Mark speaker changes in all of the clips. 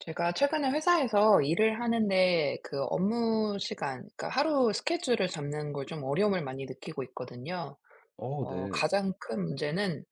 Speaker 1: 제가 최근에 회사에서 일을 하는데 그 업무 시간, 그러니까 하루 스케줄을 잡는 걸 좀 어려움을 많이 느끼고 있거든요.
Speaker 2: 어 네.
Speaker 1: 가장 큰 문제는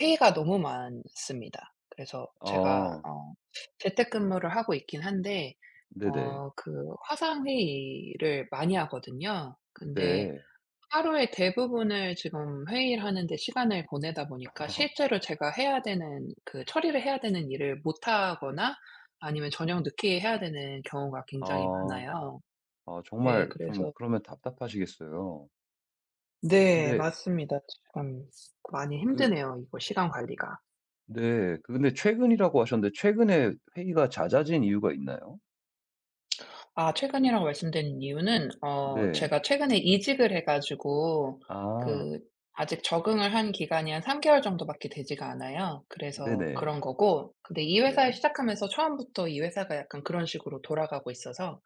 Speaker 1: 회의가 너무 많습니다. 그래서 제가
Speaker 2: 아
Speaker 1: 재택근무를 하고 있긴 한데
Speaker 2: 네네.
Speaker 1: 그 화상 회의를 많이 하거든요. 근데
Speaker 2: 네.
Speaker 1: 하루의 대부분을 지금 회의를 하는 데 시간을 보내다 보니까 실제로 제가 해야 되는 그 처리를 해야 되는 일을 못 하거나 아니면 저녁 늦게 해야 되는 경우가 굉장히
Speaker 2: 아.
Speaker 1: 많아요.
Speaker 2: 아
Speaker 1: 예,
Speaker 2: 정말 좀
Speaker 1: 그래서
Speaker 2: 그러면 답답하시겠어요.
Speaker 1: 네,
Speaker 2: 근데
Speaker 1: 맞습니다. 참 많이
Speaker 2: 그
Speaker 1: 힘드네요, 이거 시간 관리가.
Speaker 2: 네. 그 근데 최근이라고 하셨는데 최근에 회의가 잦아진 이유가 있나요?
Speaker 1: 아, 최근이라고 말씀드린 이유는
Speaker 2: 네.
Speaker 1: 제가 최근에 이직을 해 가지고
Speaker 2: 아
Speaker 1: 그 아직 적응을 한 기간이 한 3 개월 정도밖에 되지가 않아요. 그래서
Speaker 2: 네네.
Speaker 1: 그런 거고, 근데 이 회사에
Speaker 2: 네.
Speaker 1: 시작하면서 처음부터 이 회사가 약간 그런 식으로 돌아가고 있어서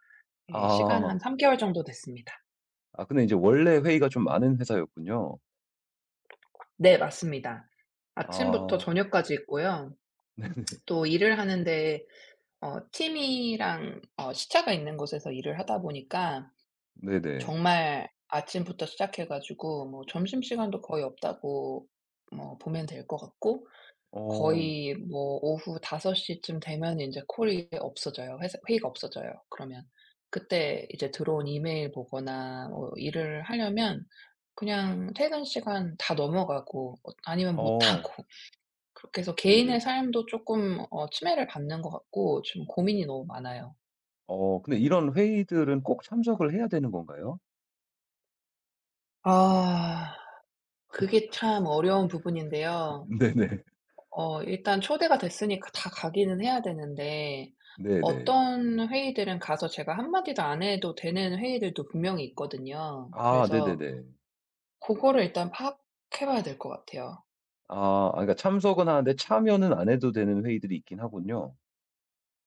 Speaker 1: 예, 시간 한
Speaker 2: 아.
Speaker 1: 3 개월 정도 됐습니다.
Speaker 2: 아 근데 이제 원래 회의가 좀 많은 회사였군요.
Speaker 1: 네, 맞습니다. 아침부터
Speaker 2: 아
Speaker 1: 저녁까지 있고요. 또 일을 하는데 팀이랑 시차가 있는 곳에서 일을 하다 보니까
Speaker 2: 네네.
Speaker 1: 정말 아침부터 시작해 가지고 뭐 점심시간도 거의 없다고 뭐 보면 될 것 같고,
Speaker 2: 어.
Speaker 1: 거의 뭐 오후 5 시쯤 되면 이제 콜이 없어져요. 회사 회의가 없어져요. 그러면 그때 이제 들어온 이메일 보거나 뭐 일을 하려면 그냥 퇴근 시간 다 넘어가고 아니면 못 하고
Speaker 2: 어
Speaker 1: 그렇게 해서 개인의
Speaker 2: 네네.
Speaker 1: 삶도 조금 침해를 받는 것 같고, 좀 고민이 너무 많아요.
Speaker 2: 어 근데 이런 회의들은 꼭 참석을 해야 되는 건가요?
Speaker 1: 아, 그게 참 어려운 부분인데요.
Speaker 2: 네네.
Speaker 1: 일단 초대가 됐으니까 다 가기는 해야 되는데
Speaker 2: 네네.
Speaker 1: 어떤 회의들은 가서 제가 한마디도 안 해도 되는 회의들도 분명히 있거든요.
Speaker 2: 아
Speaker 1: 그래서
Speaker 2: 네네네.
Speaker 1: 그거를 일단 파악해 봐야 될 것 같아요.
Speaker 2: 아 그러니까 참석은 하는데 참여는 안 해도 되는 회의들이 있긴 하군요.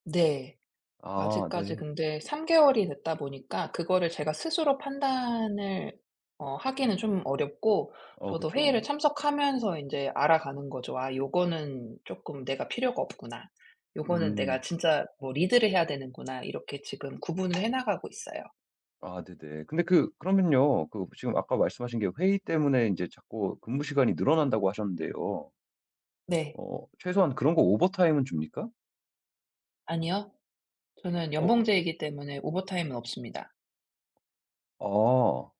Speaker 1: 네.
Speaker 2: 아
Speaker 1: 아직까지
Speaker 2: 네.
Speaker 1: 근데 3 개월이 됐다 보니까 그거를 제가 스스로 판단을 하기는 좀 어렵고,
Speaker 2: 어
Speaker 1: 저도 회의를
Speaker 2: 그쵸.
Speaker 1: 참석하면서 인제 알아가는 거죠. '아, 요거는 쪼끔 내가 필요가 없구나. 요거는 내가
Speaker 2: 음.
Speaker 1: 진짜 뭐 리드를 해야 되는구나.' 이렇게 지금 구분을 해 나가고 있어요.
Speaker 2: 아 네네. 근데 그러면요. 그 지금 아까 말씀하신 게 회의 때문에 이제 자꾸 근무 시간이 늘어난다고 하셨는데요.
Speaker 1: 네.
Speaker 2: 어 최소한 그런 거 오버타임은 줍니까?
Speaker 1: 아니요, 저는
Speaker 2: 어
Speaker 1: 연봉제이기 때문에 오버타임은 없습니다.
Speaker 2: 아.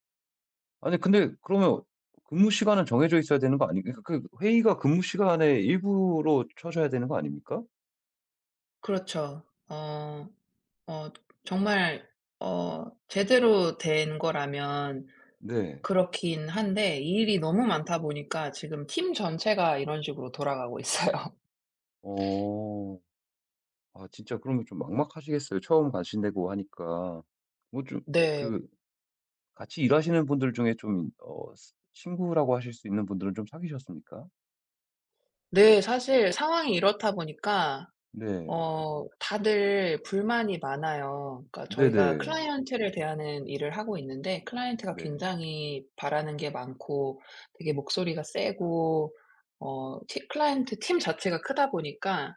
Speaker 2: 아니 근데 그러면 근무 시간은 정해져 있어야 되는 거 아니 그러니까 그 회의가 근무 시간의 일부로 쳐져야 되는 거 아닙니까?
Speaker 1: 그렇죠. 어 어 정말 제대로 된 거라면
Speaker 2: 네.
Speaker 1: 그렇긴 한데 일이 너무 많다 보니까 지금 팀 전체가 이런 식으로 돌아가고 있어요.
Speaker 2: 어. 아 진짜 그러면 좀 막막하시겠어요. 처음 가신다고 하니까. 뭐 좀
Speaker 1: 네.
Speaker 2: 그 같이 일하시는 분들 중에 좀 어 스 친구라고 하실 수 있는 분들은 좀 사귀셨습니까?
Speaker 1: 네. 사실 상황이 이렇다 보니까
Speaker 2: 네.
Speaker 1: 다들 불만이 많아요. 그러니까 저희가
Speaker 2: 네네.
Speaker 1: 클라이언트를 대하는 일을 하고 있는데, 클라이언트가
Speaker 2: 네.
Speaker 1: 굉장히 바라는 게 많고 되게 목소리가 세고 어 티 클라이언트 팀 자체가 크다 보니까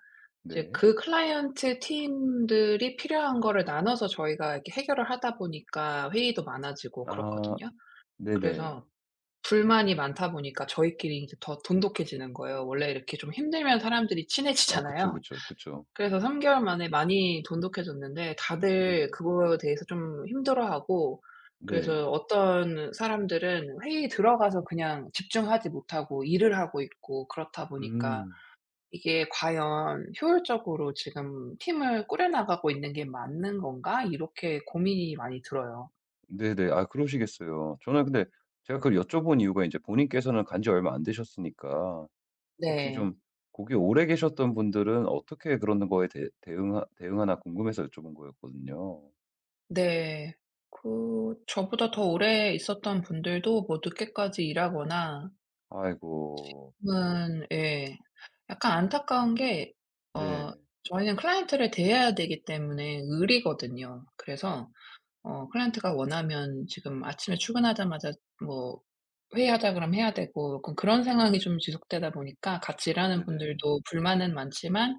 Speaker 1: 이제
Speaker 2: 네.
Speaker 1: 그 클라이언트 팀들이 필요한 거를 나눠서 저희가 이렇게 해결을 하다 보니까 회의도 많아지고
Speaker 2: 아
Speaker 1: 그렇거든요.
Speaker 2: 네네.
Speaker 1: 그래서 불만이 많다 보니까 저희끼리 이제 더 돈독해지는 거예요. 원래 이렇게 좀 힘들면 사람들이
Speaker 2: 아 그쵸,
Speaker 1: 친해지잖아요.
Speaker 2: 그쵸, 그쵸.
Speaker 1: 그래서 3 개월 만에 많이 돈독해졌는데 다들
Speaker 2: 네네.
Speaker 1: 그거에 대해서 좀 힘들어하고,
Speaker 2: 네.
Speaker 1: 그래서 어떤 사람들은 회의에 들어가서 그냥 집중하지 못하고 일을 하고 있고, 그렇다 보니까
Speaker 2: 음.
Speaker 1: 이게 '과연 효율적으로 지금 팀을 꾸려나가고 있는 게 맞는 건가?' 이렇게 고민이 많이 들어요.
Speaker 2: 네네. 아 그러시겠어요. 저는 근데 제가 그걸 여쭤본 이유가 이제 본인께서는 간지 얼마 안 되셨으니까 혹시
Speaker 1: 네.
Speaker 2: 좀 거기 오래 계셨던 분들은 어떻게 그런 거에 대 대응 대응하나 궁금해서 여쭤본 거였거든요.
Speaker 1: 네. 그 저보다 더 오래 있었던 분들도 뭐 늦게까지 일하거나
Speaker 2: 아이고.
Speaker 1: 지금은, 예. 약간 안타까운 게 어
Speaker 2: 네.
Speaker 1: 저희는 클라이언트를 대해야 되기 때문에 의리거든요. 그래서 클라이언트가 원하면 지금 아침에 출근하자마자 뭐 회의하자 그러면 해야 되고, 약간 그런 상황이 좀 지속되다 보니까 같이 일하는
Speaker 2: 네네.
Speaker 1: 분들도 불만은 많지만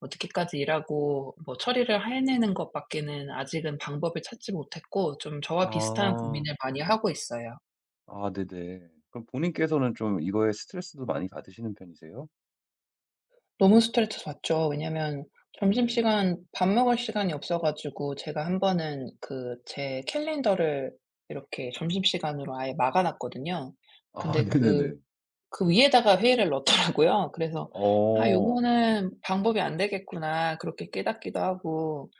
Speaker 1: 뭐 늦게까지 일하고 뭐 처리를 해내는 것밖에는 아직은 방법을 찾지 못했고, 좀 저와 비슷한
Speaker 2: 아.
Speaker 1: 고민을 많이 하고 있어요.
Speaker 2: 아 네네. 그럼 본인께서는 좀 이거에 스트레스도 많이 받으시는 편이세요?
Speaker 1: 너무 스트레스 받죠. 왜냐면
Speaker 2: 네네.
Speaker 1: 점심시간 밥 먹을 시간이 없어 가지고 제가 한 번은 그 제 캘린더를 이렇게 점심시간으로 아예 막아 놨거든요.
Speaker 2: 아
Speaker 1: 근데 그
Speaker 2: 네네네.
Speaker 1: 그 위에다가 회의를 넣더라고요. 그래서 '아,
Speaker 2: 어.
Speaker 1: 요거는 방법이 안 되겠구나.' 그렇게 깨닫기도 하고,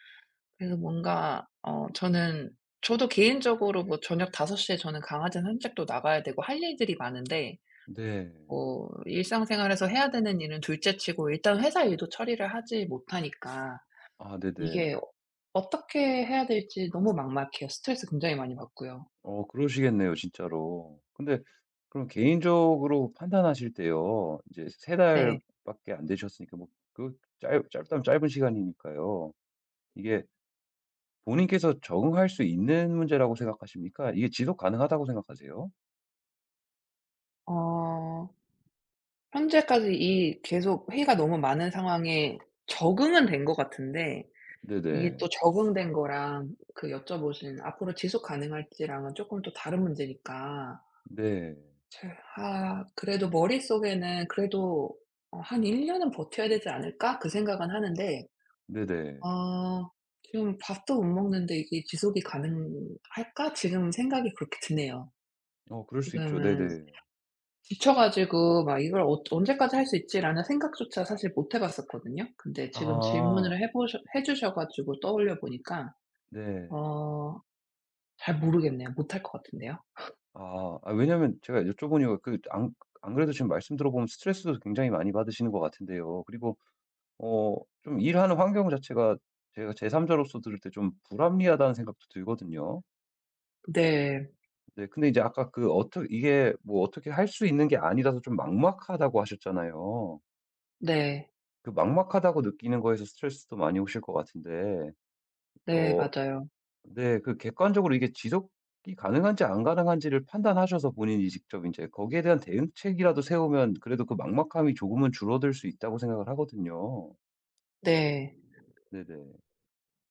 Speaker 1: 그래서 뭔가 어 저는 저도 개인적으로 뭐 저녁 5 시에 저는 강아지 산책도 나가야 되고 할 일들이 많은데,
Speaker 2: 네.
Speaker 1: 뭐 일상생활에서 해야 되는 일은 둘째치고 일단 회사 일도 처리를 하지 못하니까
Speaker 2: 아 네네.
Speaker 1: 이게 어떻게 해야 될지 너무 막막해요. 스트레스 굉장히 많이 받고요.
Speaker 2: 어 그러시겠네요 진짜로. 근데 그럼 개인적으로 판단하실 때요. 이제 세 달
Speaker 1: 네.
Speaker 2: 밖에 안 되셨으니까 뭐 그 짧 짧다면 짧은 시간이니까요. 이게 본인께서 적응할 수 있는 문제라고 생각하십니까? 이게 지속 가능하다고 생각하세요?
Speaker 1: 어 현재까지 이 계속 회의가 너무 많은 상황에 적응은 된 것 같은데, 이게
Speaker 2: 네네.
Speaker 1: 또 적응된 거랑 그 여쭤보신 앞으로 지속 가능할지랑은 쪼끔 또 다른 문제니까,
Speaker 2: 네.
Speaker 1: 제 아, 그래도 머릿속에는 그래도 '한 1 년은 버텨야 되지 않을까?' 그 생각은 하는데,
Speaker 2: 네네.
Speaker 1: 아. 지금 밥도 못 먹는데 이게 지속이 가능할까? 지금 생각이 그렇게 드네요.
Speaker 2: 어 그럴 수 있죠.
Speaker 1: 지금은
Speaker 2: 네네.
Speaker 1: 지쳐 가지고 막 '이걸 언제까지 할 수 있지?'라는 생각조차 사실 못 해 봤었거든요. 근데 지금
Speaker 2: 아
Speaker 1: 질문을 해 주셔 가지고 떠올려 보니까
Speaker 2: 네.
Speaker 1: 어 잘 모르겠네요. 못 할 것 같은데요.
Speaker 2: 아. 아 왜냐면 제가 여쭤보니까 그 안 그래도 지금 말씀 들어보면 스트레스도 굉장히 많이 받으시는 것 같은데요. 그리고 어 좀 일하는 환경 자체가 제가 제3자로서 들을 때 좀 불합리하다는 생각도 들거든요.
Speaker 1: 네.
Speaker 2: 네 근데 이제 아까 그 어떻 이게 뭐 어떻게 할 수 있는 게 아니라서 좀 막막하다고 하셨잖아요.
Speaker 1: 네.
Speaker 2: 그 막막하다고 느끼는 거에서 스트레스도 많이 오실 것 같은데
Speaker 1: 네,
Speaker 2: 어
Speaker 1: 맞아요.
Speaker 2: 네 그 객관적으로 이게 지속이 가능한지 안 가능한지를 판단하셔서 본인이 직접 이제 거기에 대한 대응책이라도 세우면 그래도 그 막막함이 조금은 줄어들 수 있다고 생각을 하거든요.
Speaker 1: 네.
Speaker 2: 네네.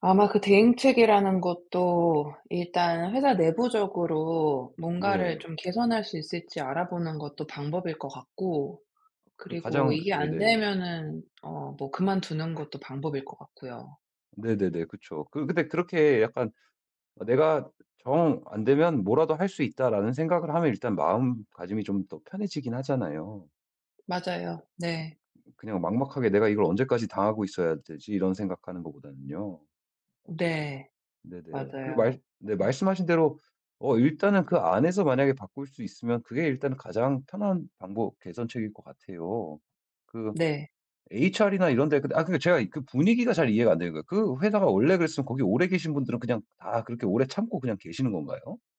Speaker 1: 아마 그 대행책이라는 것도 일단 회사 내부적으로 뭔가를
Speaker 2: 네.
Speaker 1: 좀 개선할 수 있을지 알아보는 것도 방법일 것 같고,
Speaker 2: 그
Speaker 1: 그리고
Speaker 2: 가장
Speaker 1: 이게 안
Speaker 2: 네네.
Speaker 1: 되면은 뭐 그만두는 것도 방법일 것 같고요.
Speaker 2: 네네네. 그쵸. 그 근데 그렇게 약간 어 '내가 정 안 되면 뭐라도 할 수 있다.'라는 생각을 하면 일단 마음가짐이 좀 더 편해지긴 하잖아요.
Speaker 1: 맞아요. 네.
Speaker 2: 그냥 막막하게 '내가 이걸 언제까지 당하고 있어야 되지?' 이런 생각하는 것보다는요.
Speaker 1: 네.
Speaker 2: 네네. 그리고 말
Speaker 1: 맞아요.
Speaker 2: 네
Speaker 1: 네.
Speaker 2: 말씀하신 대로 어 일단은 그 안에서 만약에 바꿀 수 있으면 그게 일단 가장 편한 방법 개선책일 것 같아요. 그
Speaker 1: 네.
Speaker 2: HR이나 이런 데 근데 아 그러니까 제가 그 분위기가 잘 이해가 안 되는 거예요. 그 회사가 원래 그랬으면 거기 오래 계신 분들은 그냥 다 그렇게 오래 참고 그냥 계시는 건가요?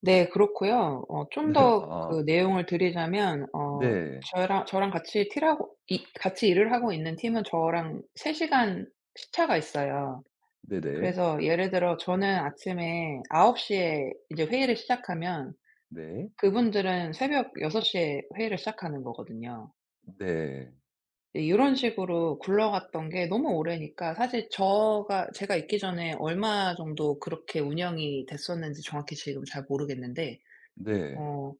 Speaker 1: 네, 그렇고요. 좀
Speaker 2: 네.
Speaker 1: 더
Speaker 2: 아.
Speaker 1: 그 내용을 드리자면
Speaker 2: 네.
Speaker 1: 저랑 같이 틸하고 이 같이 일을 하고 있는 팀은 저랑 3 시간 시차가 있어요.
Speaker 2: 네네.
Speaker 1: 그래서 예를 들어 저는 아침에 아홉시에 이제 회의를 시작하면
Speaker 2: 네.
Speaker 1: 그분들은 새벽 여섯시에 회의를 시작하는 거거든요.
Speaker 2: 네.
Speaker 1: 네, 요런 식으로 굴러갔던 게 너무 오래니까 사실 저가 제가 있기 전에 얼마 정도 그렇게 운영이 됐었는지 정확히 지금 잘 모르겠는데,
Speaker 2: 네.
Speaker 1: 어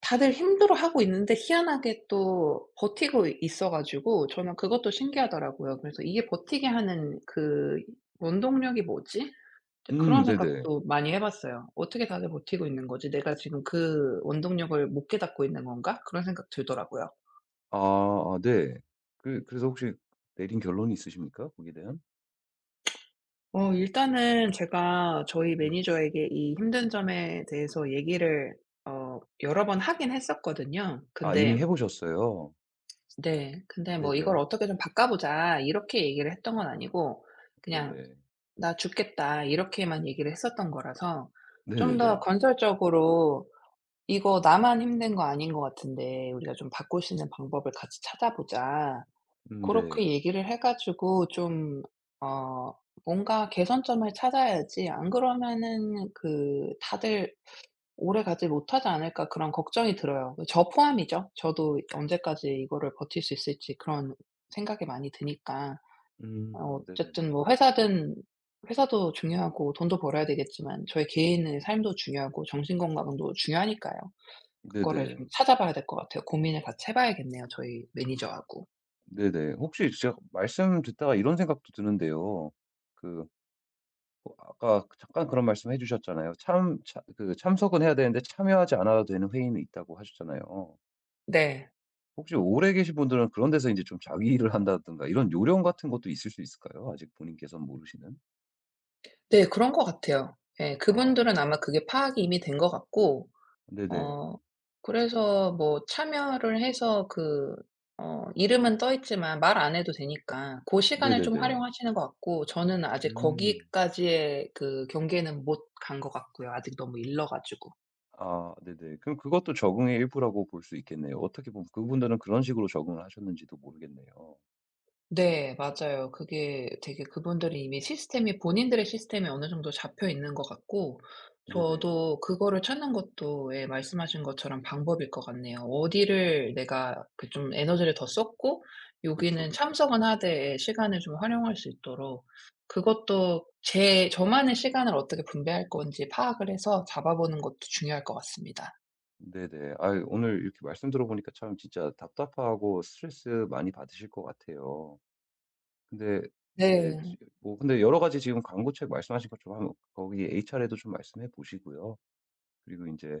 Speaker 1: 다들 힘들어하고 있는데 희한하게 또 버티고 있어 가지고 저는 그것도 신기하더라고요. 그래서 '이게 버티게 하는 그 원동력이 뭐지?' 근데 그런
Speaker 2: 네네.
Speaker 1: 생각도 많이 해 봤어요. '어떻게 다들 버티고 있는 거지? 내가 지금 그 원동력을 못 깨닫고 있는 건가?' 그런 생각 들더라고요.
Speaker 2: 아 아 네. 그 그래서 혹시 내린 결론이 있으십니까? 거기에 대한?
Speaker 1: 일단은 제가 저희
Speaker 2: 네.
Speaker 1: 매니저에게 이 힘든 점에 대해서 얘기를 여러 번 하긴 했었거든요.
Speaker 2: 아 이미
Speaker 1: 근데
Speaker 2: 해 보셨어요.
Speaker 1: 네. 근데 뭐 "이걸
Speaker 2: 네네.
Speaker 1: 어떻게 좀 바꿔 보자." 이렇게 얘기를 했던 건 아니고 그냥
Speaker 2: 네네.
Speaker 1: "나 죽겠다." 이렇게만 얘기를 했었던 거라서 좀 더
Speaker 2: 네네네.
Speaker 1: 건설적으로 이거 나만 힘든 거 아닌 것 같은데 우리가 좀 바꿀 수 있는 방법을 같이 찾아보자. 그렇
Speaker 2: 네.
Speaker 1: 게 얘기를 해 가지고 좀 어 뭔가 개선점을 찾아야지, 안 그러면은 그 다들 오래가지 못하지 않을까 그런 걱정이 들어요. 저 포함이죠. 저도 언제까지 이거를 버틸 수 있을지 그런 생각이 많이 드니까.
Speaker 2: 네네네.
Speaker 1: 어쨌든 뭐 회사든 회사도 중요하고 돈도 벌어야 되겠지만 저의 개인의 삶도 중요하고 정신 건강도 중요하니까요. 거를
Speaker 2: 네네.
Speaker 1: 좀 찾아봐야 될 것 같아요. 고민을 같이 해 봐야겠네요, 저희 매니저하고.
Speaker 2: 네네. 혹시 제가 말씀 듣다가 이런 생각도 드는데요. 그 어 아까 잠깐 그런 말씀해 주셨잖아요. 참 그 참석은 해야 되는데 참여하지 않아도 되는 회의는 있다고 하셨잖아요.
Speaker 1: 네.
Speaker 2: 혹시 오래 계신 분들은 그런 데서 이제 좀 자기 일을 한다든가 이런 요령 같은 것도 있을 수 있을까요? 아직 본인께서는 모르시는?
Speaker 1: 네, 그런 것 같아요. 예. 그분들은
Speaker 2: 아
Speaker 1: 아마 그게 파악이 이미 된 것 같고,
Speaker 2: 네네.
Speaker 1: 어 그래서 뭐 참여를 해서 그 이름은 떠 있지만 말 안 해도 되니까 고 시간을 좀
Speaker 2: 네네네.
Speaker 1: 활용하시는 것 같고, 저는 아직
Speaker 2: 음.
Speaker 1: 거기까지의 그 경계는 못 간 것 같고요, 아직 너무 일러 가지고.
Speaker 2: 아 네네. 그럼 그것도 적응의 일부라고 볼 수 있겠네요. 어떻게 보면 그분들은 그런 식으로 적응을 하셨는지도 모르겠네요.
Speaker 1: 네, 맞아요. 그게 되게 그분들이 이미 시스템이 본인들의 시스템이 어느 정도 잡혀 있는 것 같고,
Speaker 2: 네네.
Speaker 1: 저도 그거를 찾는 것도, 예, 말씀하신 것처럼 방법일 것 같네요. 어디를 내가 그 좀 에너지를 더 썼고
Speaker 2: 그쵸,
Speaker 1: 여기는
Speaker 2: 그쵸.
Speaker 1: 참석은 하되, 예, 시간을 좀 활용할 수 있도록, 그것도 제 저만의 시간을 어떻게 분배할 건지 파악을 해서 잡아보는 것도 중요할 것 같습니다.
Speaker 2: 네네. 아 오늘 이렇게 말씀 들어보니까 참 진짜 답답하고 스트레스 많이 받으실 것 같아요. 근데 네. 지
Speaker 1: 네.
Speaker 2: 뭐 근데 여러 가지 지금 광고책 말씀하신 것처럼 거기 HR에도 좀 말씀해 보시고요. 그리고 이제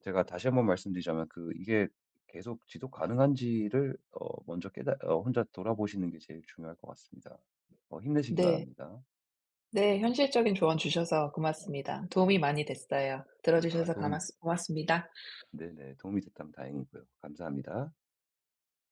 Speaker 2: 제가 다시 한번 말씀드리자면 그 이게 계속 지속 가능한지를 어 먼저 깨달 어 혼자 돌아보시는 게 제일 중요할 것 같습니다. 어 힘내시기
Speaker 1: 네.
Speaker 2: 바랍니다.
Speaker 1: 네. 현실적인 조언 주셔서 고맙습니다. 도움이 많이 됐어요. 들어
Speaker 2: 아
Speaker 1: 주셔서
Speaker 2: 도움
Speaker 1: 가맙스 고맙습니다.
Speaker 2: 네네. 도움이 됐다면 다행이고요. 감사합니다.